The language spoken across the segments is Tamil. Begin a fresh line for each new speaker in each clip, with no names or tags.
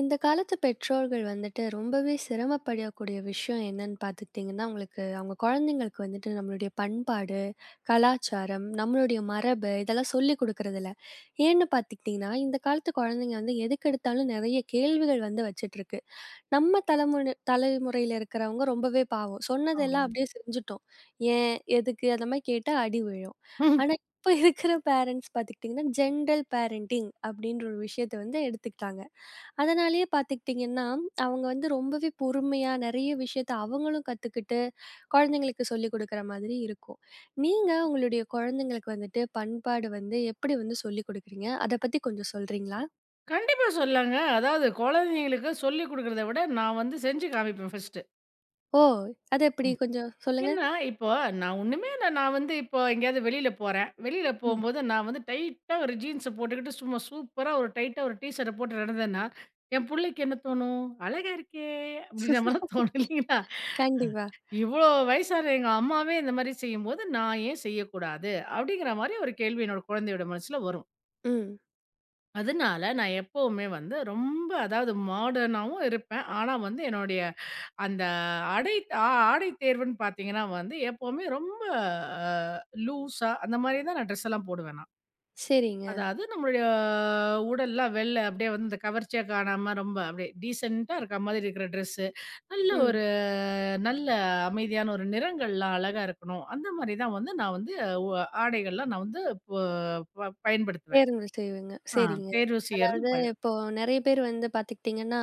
இந்த காலத்து பெற்றோர்கள் வந்துட்டு ரொம்பவே சிரமப்படக்கூடிய விஷயம் என்னன்னு பார்த்துக்கிட்டிங்கன்னா, அவங்களுக்கு அவங்க குழந்தைங்களுக்கு வந்துட்டு நம்மளுடைய பண்பாடு, கலாச்சாரம், நம்மளுடைய மரபு இதெல்லாம் சொல்லிக் குடுக்குறதில்ல. ஏன்னு பார்த்துக்கிட்டிங்கன்னா, இந்த காலத்து குழந்தைங்க வந்து எதுக்கெடுத்தாலும் நெறைய கேள்விகள் வந்து வச்சுட்ருக்கு. நம்ம தலைமுறை தலைமுறையில இருக்கிறவங்க ரொம்பவே பாவம்.
ஆமா.
சொன்னதெல்லாம் அப்படியே செஞ்சுட்டோம். ஏன்? எதுக்கு? அந்த மாரி கேட்டா அடி விழும்.
ம்,
ஆனா, இப்ப இருக்கிற பேரண்ட்ஸ் பார்த்துக்கிட்டிங்கன்னா, ஜென்ரல் பேரண்டிங் அப்படின்ற ஒரு விஷயத்த வந்து எடுத்துக்கிட்டாங்க. அதனாலேயே பார்த்துக்கிட்டிங்கன்னா, அவங்க வந்து ரொம்பவே பொறுமையா நெறைய விஷயத்த அவங்களும் கத்துக்கிட்டு, குழந்தைங்களுக்கு சொல்லிக் குடுக்குற மாதிரி இருக்கும். நீங்க உங்களுடைய குழந்தைங்களுக்கு வந்துட்டு பண்பாடு வந்து எப்படி வந்து சொல்லிக் குடுக்குறீங்க? அத பத்தி கொஞ்சம் சொல்றீங்களா?
கண்டிப்பா சொல்லாங்க. அதாவது குழந்தைங்களுக்கு சொல்லிக் குடுக்கிறத விட, நான் வந்து செஞ்சு காமிப்பேன் ஃபர்ஸ்ட்டு.
ஓ! அது எப்படி
ம்.
கொஞ்சம் சொல்லுங்க.
ஏன்னா, இப்போ நான் ஒண்ணுமே இல்ல. நான் வந்து இப்போ எங்கேயாவது வெளியில போறேன். வெளியில
ம்.
போம்போது நான் வந்து டைட்டா ஒரு ஜீன்ஸ போட்டுக்கிட்டு, சும்மா சூப்பரா ஒரு டைட்டா ஒரு டீ ஷர்ட்ட போட்டு நடந்தேன்னா, என் புள்ளைக்கு என்ன தோணும்? "அழகா இருக்கே!" அப்படின்ற மாரிலாம் தோணும் இல்லைங்களா? அ.
கண்டிப்பா.
இவ்வளோ வயசான எங்க அம்மாவே இந்த மாரி செய்யும்போது, நான் ஏன் செய்யக்கூடாது? அப்படிங்கிற மாரி ஒரு கேள்வி என்னோட குழந்தையோட மனசுல வரும்.
ம்.
அதனால நான் எப்பவுமே வந்து ரொம்ப அதாவது மாடர்னாவும் இருப்பேன். ஆனா வந்து என்னுடைய அந்த ஆடை ஆ ஆடை தேர்வுன்னு பார்த்தீங்கன்னா வந்து எப்பவுமே ரொம்ப அ லூஸா அந்த மாரி தான் நான் ட்ரெஸ் எல்லாம் போடுவேன் நான்.
சரிங்க.
அதாவது நம்மளுடைய உடல்லாம் வெள்ள அப்படியே வந்து இந்த கவர்ச்சியா காணாம ரொம்ப அப்படியே டீசென்ட்டா இருக்க மாதிரி இருக்கிற ட்ரெஸ்ஸு. நல்ல
ம்.
ஒரு நல்ல அமைதியான ஒரு நிறங்கள்லாம் அழகா இருக்கணும். அந்த மாரி தான் வந்து நான் வந்து உ ஆடைகள்லாம் நான் வந்து ப ப பயன்படுத்துவேன்.
தேர்வுகள் செய்வேங்க.
ஆ
சரிங்க.
தேர்வு செய்யறதும்
அதாவது இப்போ நெறைய பேர் வந்து பார்த்துக்கிட்டீங்கன்னா,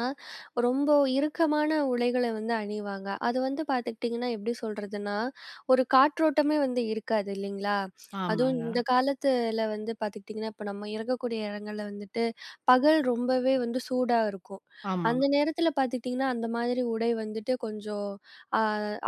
ரொம்ப இறுக்கமான உடைகள வந்து அணிவாங்க. அது வந்து பார்த்துக்கிட்டீங்கன்னா, எப்படி சொல்றதுன்னா, ஒரு காற்றோட்டமே வந்து இருக்காது இல்லைங்களா? அதுவும்
ஆமாங்க.
இந்த காலத்துல வந்து பார்த்துக்கிட்டீங்கன்னா, இப்ப நம்ம இருக்கக்கூடிய இடங்கள்ல வந்துட்டு பகல் ரொம்பவே வந்து சூடா இருக்கும்.
ஆமா,
அந்த நேரத்துல பார்த்துக்கிட்டீங்கன்னா, அந்த மாதிரி உடை வந்துட்டு கொஞ்சம் அ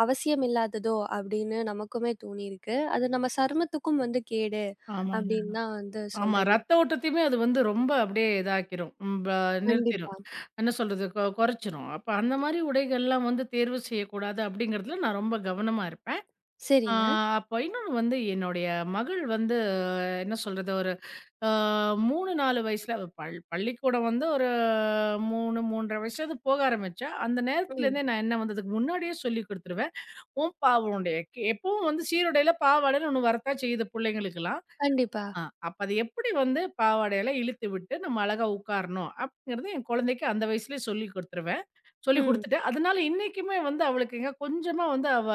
அவசியம் இல்லாததோ அப்படின்னு நமக்குமே தோணியிருக்கு. அது நம்ம சருமத்துக்கும் வந்து கேடு
ஆமாங்க.
அப்படின்னு தான் வந்து
ஆமா.
சொல்றீங்க.
ரத்த ஓட்டத்தையுமே அது வந்து ரொம்ப அப்படியே இதாக்கிரும். நிறுத்திரும்.
கண்டிப்பா.
என்ன சொல்றது? கொறைச்சிரும். அப்ப அந்த மாரி உடைகள்லாம் வந்து தேர்வு செய்யக்கூடாது அப்படிங்கிறதுல நான் ரொம்ப கவனமா இருப்பேன். ஆ
சரிங்க.
அப்ப இன்னொன்னு வந்து என்னுடைய மகள் வந்து என்ன சொல்றது? ஒரு அ 3, 4 வயசுல அவ பள்ளிக்கூடம் வந்து ஒரு 3, 3 1/2 வயசுல அது போக ஆரம்பிச்சா, அந்த
ம்.
நேரத்துலேருந்தே நான் என்ன வந்து அதுக்கு முன்னாடியே சொல்லிக் குடுத்துருவேன். உன்னுடைய எப்பவும் வந்து சீருடையில பாவாடைன்னு ஒண்ணு வரத்தான் செய்யுது புள்ளைங்களுக்கெல்லாம்.
கண்டிப்பா.
ஆ, அப்ப அது எப்படி வந்து பாவாடையில இழுத்து விட்டு நம்ம அழகா உட்காரணும் அப்படிங்கிறது என் குழந்தைக்கு அந்த வயசுலயே சொல்லி கொடுத்துருவேன். சொல்லி
ம்.
கொடுத்துட்டேன். அதனால இன்னைக்குமே வந்து அவளுக்குங்க கொஞ்சமா வந்து அவ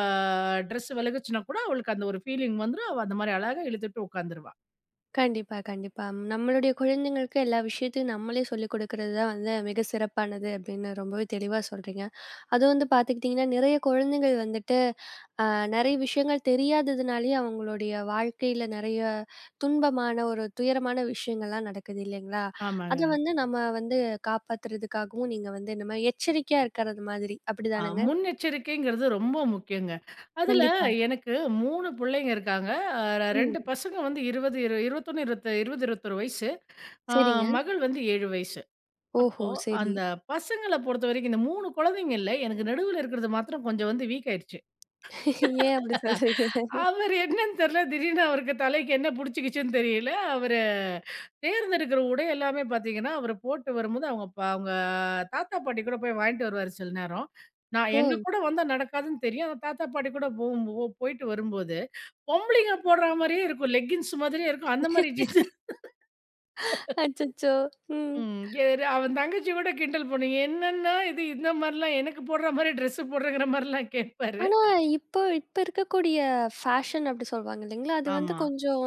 ட்ரெஸ் விலகுச்சுன்னா கூட அவளுக்கு அந்த ஒரு ஃபீலிங் வந்துரும். அவ அந்த மாரி அழகா இழுத்துட்டு உட்காந்துருவா.
கண்டிப்பா, கண்டிப்பா. நம்மளுடைய குழந்தைங்களுக்கு எல்லா விஷயத்தையும் நம்மளே சொல்லிக் குடுக்குறது தான் வந்து மிக சிறப்பானது அப்படின்னு ரொம்பவே தெளிவா சொல்றீங்க. அதுவும் வந்து பார்த்துக்கிட்டிங்கன்னா, நிறைய குழந்தைகள் வந்துட்டு அ நெறைய விஷயங்கள் தெரியாததுனாலேயே அவங்களுடைய வாழ்க்கையில நெறைய துன்பமான ஒரு துயரமான விஷயங்கள்லாம் நடக்குது இல்லைங்களா? அத
ஆமாங்க.
வந்து நம்ம வந்து காப்பாத்துறதுக்காகவும் நீங்க வந்து இந்த மாரி எச்சரிக்கையா இருக்கிறது மாதிரி. அப்படிதானங்க?
முன்னெச்சரிக்கைங்கிறது ரொம்ப முக்கியங்க. அதுல
கண்டிப்பா.
எனக்கு 3 புள்ளைங்க இருக்காங்க.
ம்.
2 பசங்க வந்து 20, 21, 20 21 வயசு. ஆ
சரிங்க.
மகள் வந்து 7 வயசு.
ஓஹோ!
அப்போ,
சரி.
அந்த பசங்கள பொறுத்தவரைக்கும் இந்த 3 குழந்தைங்கள்ல எனக்கு நடுவுல இருக்கிறது மாத்திரம் கொஞ்சம் வந்து வீக் ஆயிடுச்சு.
ஏன் அப்படி சொல்றீங்க?
அவரு என்னன்னு தெரியல, திடீர்னு அவருக்கு தலைக்கு என்ன புடிச்சுக்கிச்சுன்னு தெரியல. அவரு தேர்ந்தெடுக்கிற உடை எல்லாமே பார்த்தீங்கன்னா, அவரு போட்டு வரும்போது அவங்க தாத்தா, பாட்டி கூட போய் வாங்கிட்டு வருவாரு சில நேரம். நான்
ஓ!
எங்க கூட வந்தா நடக்காதுன்னு தெரியும். ஆனா தாத்தா, பாட்டி கூட போகும் போயிட்டு வரும்போது, பொம்பளைங்க போடுற மாரியே இருக்கும். லெக்கின்ஸ் மாதிரியே இருக்கும். அந்த மாரி ஜீன்ஸ்.
அச்சச்சோ! ம்.
ம். அவன் தங்கச்சி கூட கிண்டல் பண்ணும். என்னன்னா இது இந்த மாரிலாம் எனக்கு போடுற மாரி ட்ரெஸ் போடுறேங்கிற மாரிலாம் கேட்பாரு.
ஆனா, இப்ப இருக்கக்கூடிய ஃபேஷன் அப்படி சொல்வாங்க இல்லைங்களா? அது வந்து
ஆமா.
கொஞ்சம்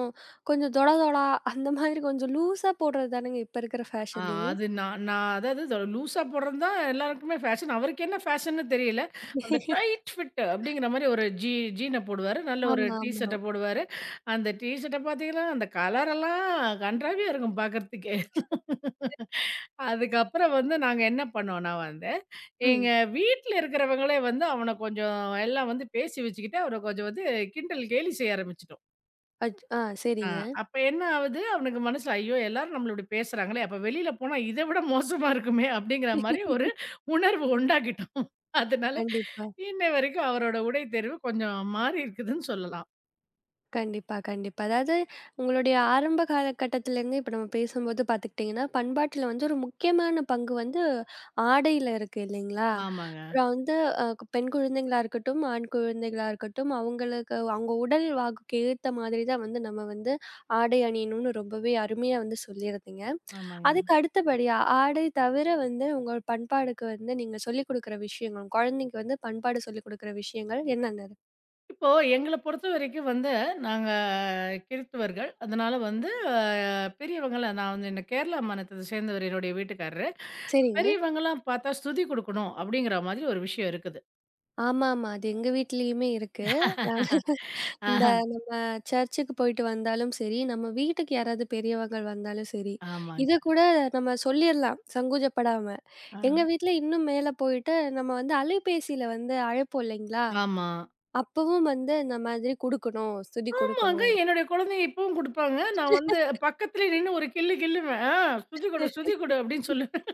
கொஞ்சம் தொட தொட அந்த மாதிரி கொஞ்சம் லூஸா போடுறது தானங்க இப்ப இருக்கிற
ஆ
ஃபேஷனே.
அது நான் நான் அதாவது அத லூஸா போடுறது தான் எல்லாருக்குமே ஃபேஷன். அவருக்கு என்ன ஃபேஷன்னு தெரியல. அந்த டைட் ஃபிட் அப்படிங்கிற மாரி ஒரு ஜீன போடுவாரு. நல்ல ஒரு
ஆமா,
டீ
ஆமா.
ஷர்ட்ட போடுவாரு. அந்த டீ ஷர்ட்ட பார்த்தீங்கன்னா, அந்த கலரெல்லாம் கண்றாவியா இருக்கும் பார்க்கறதுக்கே. அதுக்கப்புறம் வந்து நாங்க என்ன பண்ணோம்னா வந்து
ம்.
எங்க வீட்ல இருக்கிறவங்களே வந்து அவன கொஞ்சம் எல்லாம் வந்து பேசி வச்சுக்கிட்டு, அவர கொஞ்சம் வந்து கிண்டல், கேலி செய்ய ஆரம்பிச்சுட்டோம்.
அச் ஆ
ஆ
சரிங்க.
அப்ப என்ன ஆவுது, அவனுக்கு மனசுல, "ஐயோ! எல்லாரும் நம்மள இப்டி பேசுறாங்களே! அப்ப வெளில போனா இத விட மோசமா இருக்குமே!" அப்டிங்கிற மாரி ஒரு உணர்வு உண்டாக்கிட்டோம். அதனால
கண்டிப்பா.
இன்ன வரைக்கும் அவரோட உடை தேர்வு கொஞ்சம் மாறி இருக்குதுன்னு சொல்லலாம்.
கண்டிப்பா, கண்டிப்பா. அதாவது உங்களுடைய ஆரம்ப காலகட்டத்திலேருந்து இப்ப நம்ம பேசும்போது பார்த்துக்கிட்டிங்கன்னா, பண்பாட்டில வந்து ஒரு முக்கியமான பங்கு வந்து ஆடையில இருக்கு இல்லைங்களா?
ஆமாங்க,
அப்புறம் வந்து அ பெண் குழந்தைகளா இருக்கட்டும், ஆண் குழந்தைகளா இருக்கட்டும், அவங்களுக்கு அவங்க உடல் வாகுக்கு ஏத்த மாதிரி தான் வந்து நம்ம வந்து ஆடை அணியணும்னு ரொம்பவே அருமையா வந்து சொல்லியிருந்தீங்க.
ஆமாங்க.
அதுக்கு அடுத்தபடியா ஆடை தவிர வந்து உங்க பண்பாடுக்கு வந்து நீங்க சொல்லிக் குடுக்குற விஷயங்கள், உங்க குழந்தைக்கு வந்து பண்பாடு சொல்லிக் குடுக்குற விஷயங்கள் என்னென்ன?
இப்போ எங்கள பொறுத்த வரைக்கும் வந்து, நாங்க கிறித்துவர்கள். அதனால வந்து பெரியவங்கள நான் வந்து என்ன கேரளா மாநிலத்த சேர்ந்தவர் என்னுடைய வீட்டுக்காரர்.
சரிங்க.
பெரியவங்கலாம் பார்த்தா ஸ்துதி குடுக்கணும் அப்படிங்கிற மாதிரி ஒரு விஷயம் இருக்குது.
ஆமாமா. அது எங்க வீட்லயுமே இருக்கு. அஹ் இந்த
ஆஹா.
நம்ம சர்ச்சுக்கு போயிட்டு வந்தாலும் சரி, நம்ம வீட்டுக்கு யாராவது பெரியவங்க வந்தாலும் சரி,
ஆமாங்க.
இத கூட நம்ம சொல்லிர்லாம் சங்கூஜப்படாம. எங்க
ஆ.
வீட்ல இன்னும் மேல போயிட்டு நம்ம வந்து அலைபேசியில வந்து அழைப்போம் இல்லைங்களா?
ஆமா.
அப்பவும் வந்து இந்த மாதிரி குடுக்கணும், ஸ்துதி
ஆமாங்க.
குடுக்கணும்.
என்னுடைய குழந்தைங்க இப்பவும் குடுப்பாங்க. நான் வந்து பக்கத்திலே நின்னு ஒரு கில்லு கில்லுவேன். ஸ்துதி குடு, ஸ்துதி குடு அப்படின்னு சொல்லுவேன்.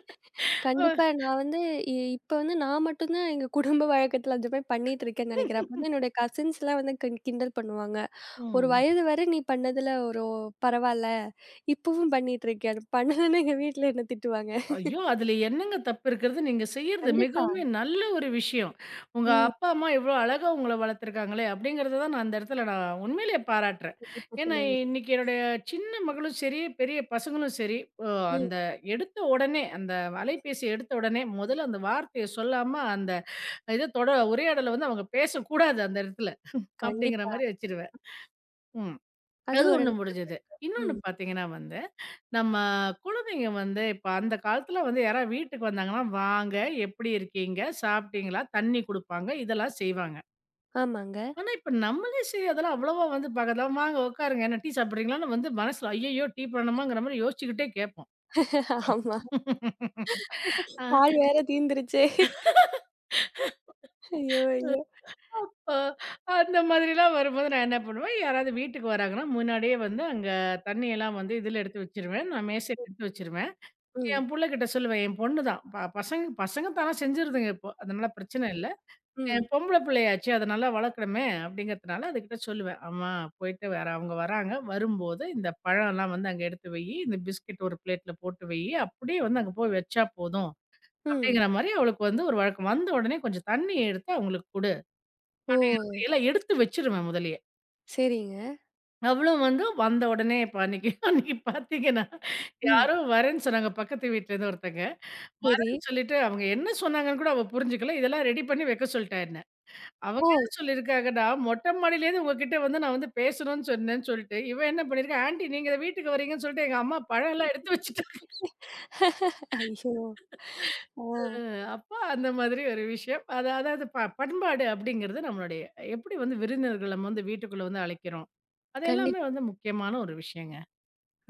ஆ,
கண்டிப்பா நான் வந்து இப்ப வந்து நான் மட்டும் தான் எங்க குடும்ப வழக்கத்துல அந்த மாரி பண்ணிட்டு இருக்கேன்னு நெனைக்கிறேன். அப்ப வந்து என்னோட கசின்ஸ்லாம் வந்து கிண்டல் பண்ணுவாங்க. ஒரு
ம்.
வயது வரை நீ பண்ணதுல ஒரு பரவால்ல. இப்பவும் பண்ணிட்டு இருக்க. பண்ணலன்னா எங்க வீட்ல என்ன திட்டுவாங்க.
ஐயோ! அதில என்னங்க தப்பு இருக்கிறது? நீங்க செய்யறது
கண்டிப்பா.
மிகவுமே நல்ல ஒரு விஷயம். உங்க
ம்.
அப்பா, அம்மா இவ்ளோ அழகா உங்கள வளர்த்துருக்காங்களே! அப்படிங்கிறத தான் நான் அந்த இடத்துல நான் உண்மையிலேயே பாராட்டுறேன்.
அப்ப
ஏன்னா,
சொல்லுவாங்க.
இன்னைக்கு என்னுடைய சின்ன மகளும் சரி, பெரிய பசங்களும் சரி, அ
ம்.
அந்த எடுத்த உடனே அந்த அலைபேசிய எடுத்த உடனே முதல்ல அந்த வார்த்தைய சொல்லாம அந்த இத தொட உரையாடல வந்து அவங்க பேசக்கூடாது அந்த இடத்துல. அப்படிங்கிற
கண்டிப்பா.
மாரி வச்சுருவேன். ம்.
அது
அது
ஒரு
ஒண்ணு
நல்ல
முடிஞ்சது.
பழக்கம்.
இன்னொன்னு
ம்.
பார்த்தீங்கன்னா வந்து நம்ம குழந்தைங்க வந்து இப்ப அந்த காலத்துல வந்து யாராவது வீட்டுக்கு வந்தாங்கன்னா, "வாங்க, எப்படி இருக்கீங்க? சாப்பிட்டீங்களா?" தண்ணி குடுப்பாங்க. இதெல்லாம் செய்வாங்க.
ஆமாங்க.
ஆனா, இப்ப நம்மளே சரி அதெல்லாம் அவ்வளவா வந்து பார்க்கல. "வாங்க உட்காருங்க. என்ன டீ சாப்பிடுறீங்களான்னு?" வந்து மனசுல ஐயையோ! டீ பண்ணணுமாங்கிற மாரி யோசிச்சுக்கிட்டே கேட்போம்.
ஆமா.
அ
பால் வேற தீந்துருச்சே. ஐயோ! ஐயோ!
ஓ அந்த மாதிரிலாம் வரும்போது நான் என்ன பண்ணுவேன், யாராவது வீட்டுக்கு வராங்கன்னா, முன்னாடியே வந்து அங்க தண்ணியெல்லாம் வந்து இதுல எடுத்து வச்சுருவேன். நான் மேசையில எடுத்து வச்சுருவேன்.
ம்.
என் புள்ளகிட்ட சொல்லுவேன். என் பொண்ணு தான். பசங்க பசங்க தானா செஞ்சுருதுங்க இப்போ. அதனால பிரச்சனை இல்ல.
ம்.
என் பொம்பள பிள்ளையாச்சே, அத நல்லா வளர்க்கணுமே அப்டிங்கிறதுனால அதுகிட்ட சொல்லுவேன். அம்மா போயிட்டு வர அவங்க வராங்க. வரும்போது இந்த பழம்லாம் வந்து அங்க எடுத்து வையி, இந்த பிஸ்கட் ஒரு பிளேட்ல போட்டு வையி, அப்டியே வந்து அங்க போய் வச்சா போதும்.
ம்.
அப்டிங்கிற மாரி அவளுக்கு வந்து ஒரு வழக்கம். வந்த உடனே கொஞ்சம் தண்ணி எடுத்து அவங்களுக்கு குடு.
ஓ!
எல்லாம் எடுத்து வச்சுருவேன் முதலயே.
சரிங்க.
அவளும் வந்து வந்த உடனே இப்ப அன்னைக்கு அன்னைக்கு பார்த்தீங்கன்னா,
ம்.
யாரோ வரேன்னு சொன்னாங்க பக்கத்து வீட்லேருந்து ஒருத்தங்க.
சரி.
வரேன்னு சொல்லிட்டு அவங்க என்ன சொன்னாங்கன்னு கூட அவ புரிஞ்சுக்கல. இதெல்லாம் ரெடி பண்ணி வைக்க சொல்ட்டா என்ன. அவங்க
ஓ!
என்ன சொல்லியிருக்காங்கன்னா, மொட்ட மாடியிலேருந்து உங்ககிட்ட வந்து நான் வந்து பேசணும்னு சொன்னேன்னு சொல்லிட்டு, இவன் என்ன பண்ணியிருக்கா, ஆன்டி நீங்க வீட்டுக்கு வரீங்கன்னு சொல்லிட்டு எங்க அம்மா பழம்லாம் எடுத்து வச்சுட்டா.
ஐயோ! ஆ.
அப்போ அந்த மாதிரி ஒரு விஷயம். அது அதாவது பண்பாடு அப்படிங்கிறது நம்மளுடைய எப்படி வந்து விருந்தினர்கள் நம்ம வந்து வீட்டுக்குள்ள வந்து அழைக்கிறோம். அது எல்லாமே
கண்டிப்பா.
வந்து முக்கியமான ஒரு விஷயங்க.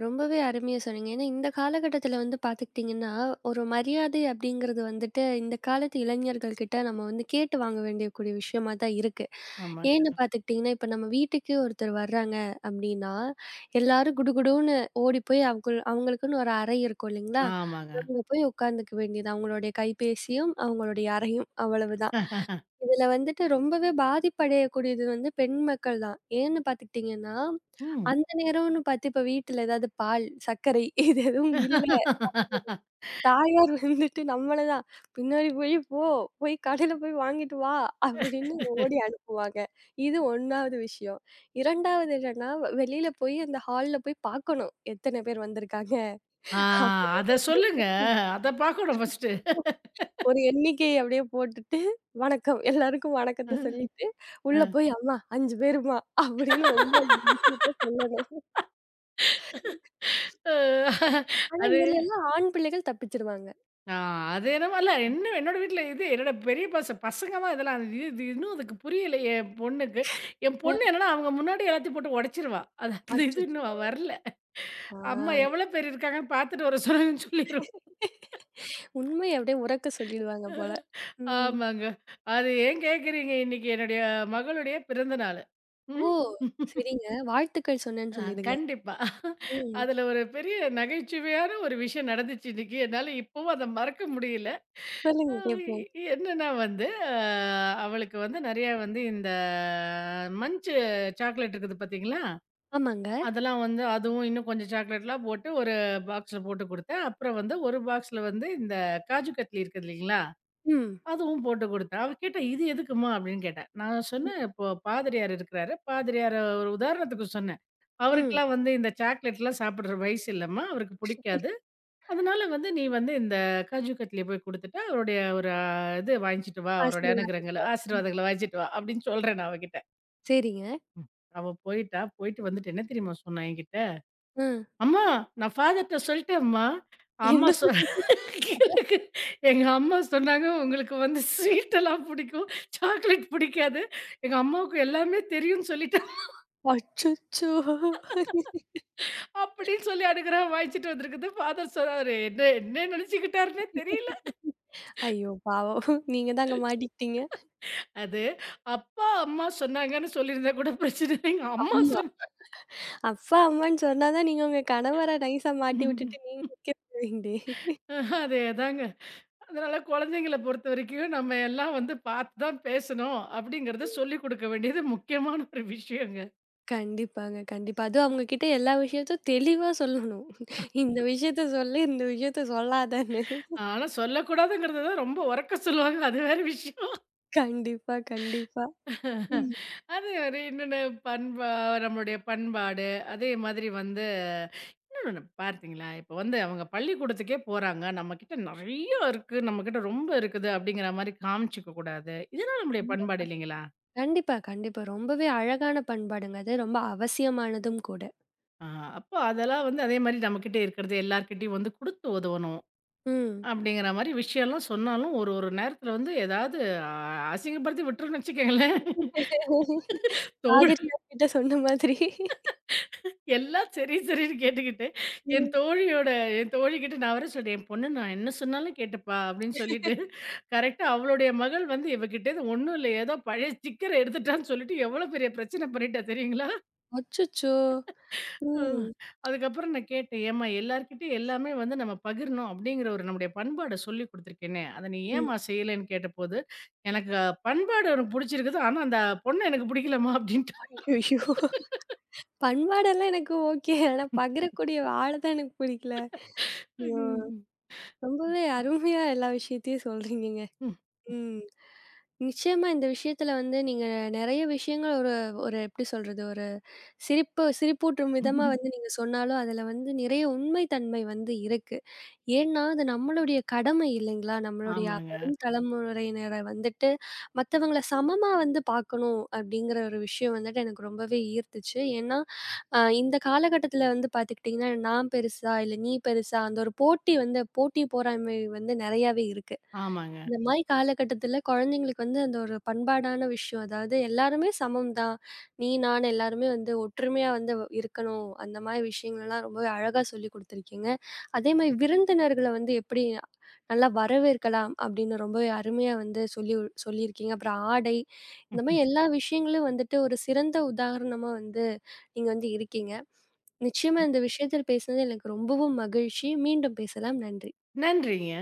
ரொம்பவே அருமையா சொன்னீங்க. ஏன்னா, இந்த காலகட்டத்தில வந்து பார்த்துக்கிட்டிங்கன்னா, ஒரு மரியாதை அப்படிங்கிறது வந்துட்டு இந்த காலத்து இளைஞர்கள் கிட்ட நம்ம வந்து கேட்டு வாங்க வேண்டிய கூடிய விஷயமா தான் இருக்கு.
ஆமாங்க.
ஏன்னு பார்த்துக்கிட்டிங்கன்னா, இப்ப நம்ம வீட்டுக்கு ஒருத்தர் வர்றாங்க அப்படின்னா, எல்லாரும் குடுகுடுன்னு ஓடி போய் அவங்கள் அவங்களுக்குன்னு ஒரு அறை இருக்கும் இல்லைங்களா?
ஆமாங்க.
அங்க போய் உட்காந்துக்க வேண்டியது. அவங்களுடைய கைபேசியும், அவங்களுடைய அறையும் அவ்வளவுதான். இதுல வந்துட்டு ரொம்பவே பாதிப்படையக்கூடியது வந்து பெண் மக்கள் தான். ஏன்னு பார்த்துக்கிட்டீங்கன்னா,
ம்.
அந்த நேரம்னு பார்த்து இப்ப வீட்ல ஏதாவது பால், சர்க்கரை இது எதுவும் இல்ல. தாயார் வந்துட்டு நம்மள தான் பின்னாடி போய் போ, போய் கடையில போய் வாங்கிட்டு வா அப்படின்னு ஓடி அனுப்புவாங்க. இது 1வது விஷயம். 2வது என்னன்னா, வெளியில போய் அந்த ஹால்ல போய் பார்க்கணும். எத்தன பேர் வந்திருக்காங்க
ஆ அத
அப்படின்னு
சொல்லுங்க. அத பார்க்கணும் ஃபர்ஸ்ட்டு.
ஒரு எண்ணிக்கை அப்படியே போட்டுட்டு, வணக்கம் எல்லாருக்கும் வணக்கத்த சொல்லிட்டு, உள்ள
அ.
போய் அம்மா 5 பேரும்மா அப்படின்னு வந்து அந்த விஷயத்த சொல்லணும். ஆனா
அது
இதுல எல்லாம் ஆண் பிள்ளைகள் தப்பிச்சுருவாங்க.
ஆ அது என்னமோ இல்ல என்ன என்னோட வீட்ல இது என்னோட பெரிய பசங்க தான் இதெல்லாம் அது இது இன்னும் அதுக்கு புரியலையே என் பொண்ணுக்கு. என்
அ.
பொண்ணு என்னன்னா அவங்க முன்னாடி எல்லாத்தையும் போட்டு உடைச்சிருவா. அது அந்த இது இன்னும்
அச்சச்சோ!
அவ வரல. அம்மா
ஆ.
எவ்வளோ பேர் இருக்காங்கன்னு பார்த்துட்டு வர சொல்லுங்கன்னு சொல்லிரும்.
உண்மைய அப்படியே உரக்க சொல்லிடுவாங்க போல. ம்.
ஆமாங்க. அது ஏன் கேட்குறீங்க? இன்னைக்கு என்னுடைய மகளுடைய பிறந்த நாளு.
ஓ!
ம்.
சரிங்க. வாழ்த்துக்கள் சொன்னேன்னு
ஆ
சொல்லிடுங்க.
கண்டிப்பா.
ம்.
அதுல ஒரு பெரிய நகைச்சுவையான ஒரு விஷயம் நடந்துச்சு இன்னைக்கு. என்னால இப்பவும் அத மறக்க முடியல. அ
சொல்லுங்க கேட்போம்.
என்னன்னா வந்து, அ அவளுக்கு வந்து நெறையா வந்து இந்த மன்ச் சாக்லேட் இருக்குது பாத்தீங்களா?
ஆமாங்க.
அதெல்லாம் வந்து அதுவும் இன்னும் கொஞ்சம் சாக்லேட்லாம் போட்டு ஒரு பாக்ஸ்ல போட்டு குடுத்தேன். அப்புறம் வந்து ஒரு பாக்ஸ்ல வந்து இந்த காஜு கட்லி இருக்குது இல்லைங்களா?
ம்.
அதுவும் போட்டு குடுத்தேன். அவ கேட்டா, "இது எதுக்கும்மா?" அப்படின்னு கேட்டா. நான்
ம்.
சொன்னேன், "இப்போ பாதிரியார் இருக்கிறாரு. பாதிரியார ஒரு உதாரணத்துக்கு சொன்னேன்.
ம்.
அவருக்கெல்லாம் வந்து இந்த சாக்லேட்லாம் சாப்பிடுற வயசு இல்லம்மா. அவருக்கு பிடிக்காது." அதனால வந்து நீ வந்து இந்த காஜு கட்லிய போய் குடுத்துட்டு, அவருடைய ஒரு இது வாங்கிச்சுட்டு வா, அவருடைய
ஆசீர்வாத்.
அனுகிரகங்கள, ஆசீர்வாதங்கள வாங்கிச்சுட்டு வா அப்படின்னு சொல்றேன் நான் அவகிட்ட.
சரிங்க.
ம். அவ போயிட்டா, போயிட்டு வந்துட்டு என்ன தெரியுமா சொன்னா என்கிட்ட?
ம்.
"அம்மா நான் ஃபாதர்ட்ட சொல்லிட்டேன்ம்மா.
என்ன
அம்மா சொ
சொன்னீங்க?
கேளுங்க. எங்க அம்மா சொன்னாங்க உங்களுக்கு வந்து ஸ்வீட்டெல்லாம் பிடிக்கும். சாக்லேட் பிடிக்காது. எங்க அம்மாவுக்கு எல்லாமே தெரியும்னு சொல்லிட்டா"
அச்சச்சோ!
அப்படின்னு சொல்லி அனுகிரகம் வாங்கிச்சுட்டு வந்திருக்குது. ஃபாதர் சொன்னாரு. என்ன என்ன நினைச்சுக்கிட்டாருன்னே தெரியல.
ஐயோ! பாவம். நீங்க தாங்க மாட்டிக்கிட்டீங்க.
அது அப்பா, அம்மா சொன்னாங்கன்னு சொல்லியிருந்தா கூட பிரச்சனை இல்லைங்க. அம்மா
ஆமா.
சொன்
அப்பா, அம்மான்னு சொன்னா தான் நீங்க உங்க கணவர நைஸா மாட்டி விட்டுட்டு நீங்க நிக்க போவீங்களே!
அதேதாங்க. அதனால குழந்தைங்கள பொறுத்தவரைக்கும் நம்ம எல்லாம் வந்து பார்த்து தான் பேசணும் அப்படிங்கிறத
ம்.
சொல்லிக் குடுக்க வேண்டியது முக்கியமான ஒரு விஷயங்க.
கண்டிப்பாங்க, கண்டிப்பா. அதுவும் அவங்க கிட்ட எல்லா விஷயத்தையும் தெளிவா சொல்லணும். இந்த விஷயத்த சொல்லு, இந்த விஷயத்த சொல்லாதன்னு.
ஆனா சொல்லக்கூடாதுங்கிறது தான் ரொம்ப உரக்க சொல்லுவாங்க. அது வேற விஷயம்.
கண்டிப்பா, கண்டிப்பா. ம்.
அது வேற என்னென்ன பண்பா நம்மளுடைய பண்பாடு, அதே மாதிரி வந்து பார்த்தீங்களா? இப்ப வந்து அவங்க பள்ளிக்கூடத்துக்கே போறாங்க. நம்மகிட்ட நெறைய இருக்கு. நம்மகிட்ட ரொம்ப இருக்குது அப்படிங்கிற மாரி காமிச்சுக்க கூடாது. இதெல்லாம் நம்முடைய
கண்டிப்பா.
பண்பாடு இல்லைங்களா?
கண்டிப்பா, கண்டிப்பா. ரொம்பவே அழகான பண்பாடுங்க அது. ரொம்ப அவசியமானதும் கூட.
ஆ அப்போ அதெல்லாம் வந்து அதே மாரி நம்மகிட்ட இருக்கிறது எல்லார்கிட்டயும் வந்து குடுத்து உதவணும்.
ம்.
அப்படிங்கிற மாரி விஷயம்லாம் சொன்னாலும் ஒரு ஒரு நேரத்துல வந்து ஏதாவது அ அசிங்கப்படுத்தி விட்டோம்னு வச்சுக்கங்களேன். தோல்
பாதிரியார் கிட்ட சொன்ன மாதிரி.
எல்லாம் சரி, சரின்னு கேட்டுக்கிட்டு, என்
ம்.
தோழியோட என் தோழிகிட்ட நான் வேற சொல்ட்டேன், "என் பொண்ணு நான் என்ன சொன்னாலும் கேட்டுப்பா" அப்படின்னு சொல்லிட்டு, கரெக்ட்டா அவளுடைய மகள் வந்து இவகிட்டேருந்து ஒண்ணும் இல்ல, ஏதோ பழைய ஸ்டிக்கர எடுத்துட்டான்னு சொல்லிட்டு எவ்வளோ பெரிய பிரச்சனை பண்ணிட்டா தெரியுங்களா?
அச்சச்சோ!
ம்.
ம்.
அதுக்கப்புறம் நான் கேட்டேன், "ஏம்மா எல்லார்கிட்டயும் எல்லாமே வந்து நம்ம பகிரணும் அப்படிங்கிற ஒரு நம்முடைய பண்பாட சொல்லிக் குடுத்துருக்கேனே, அத நீ ஏம்மா செய்யலன்னு?" கேட்டபோது, "எனக்கு பண்பாடு எனக்கு புடிச்சிருக்குது. ஆனா அந்த பொண்ணு எனக்கு புடிக்கலம்மா" அப்படின்ட்டா.
ஐயோ! பண்பாடெல்லாம் எனக்கு ஓகே. ஆனா பகிரக்கூடிய ஆள தான் எனக்கு புடிக்கல. ஐயோ!
ம்.
ரொம்பவே அருமையா எல்லா விஷயத்தையும் சொல்றீங்கங்க.
ம்.
ம். நிச்சயமா இந்த விஷயத்துல வந்து நீங்க நெறைய விஷயங்கள் ஒரு ஒரு எப்படி சொல்றது? சிரிப்பு சிரிப்பூட்டும் விதமா
ம்.
வந்து நீங்க சொன்னாலும், அதுல வந்து நிறைய உண்மை தன்மை வந்து இருக்கு. ஏன்னா, அது நம்மளுடைய கடமை இல்லைங்களா? நம்மளுடைய
ஆமாங்க,
வரும் தலைமுறையினர வந்துட்டு, மத்தவங்கள சமமா வந்து பார்க்கணும் அப்படிங்கிற ஒரு விஷயம் வந்துட்டு எனக்கு ரொம்பவே ஈர்த்துச்சு. ஏன்னா, இந்த காலகட்டத்துல வந்து பார்த்துக்கிட்டீங்கன்னா, நான் பெருசா, இல்ல நீ பெருசா அந்த ஒரு போட்டி வந்து போட்டி, பொறாமை வந்து நெறையாவே இருக்கு.
ஆமாங்க.
இந்த மாரி காலகட்டத்தில குழந்தைங்களுக்கு வந்து அந்த ஒரு பண்பாடான விஷயம். அதாவது எல்லாருமே சமம் தான். நீ, நான் எல்லாருமே வந்து ஒற்றுமையா வந்து இருக்கணும். அந்த மாரி விஷயங்கள்லாம் ரொம்பவே அழகா சொல்லிக் குடுத்துருக்கீங்க. அதே மாரி விருந்தினர்கள வந்து எப்படி நல்லா வரவேற்கலாம் அப்படின்னு ரொம்பவே அருமையா வந்து சொல்லியிருக்கீங்க. அப்புறம் ஆடை இந்த மாரி எல்லா விஷயங்களும் வந்துட்டு ஒரு சிறந்த உதாரணமா வந்து நீங்க வந்து இருக்கீங்க. நிச்சயமா இந்த விஷயத்தில் பேசினது எனக்கு ரொம்பவும் மகிழ்ச்சி. மீண்டும் பேசலாம். நன்றி.
நன்றிங்க.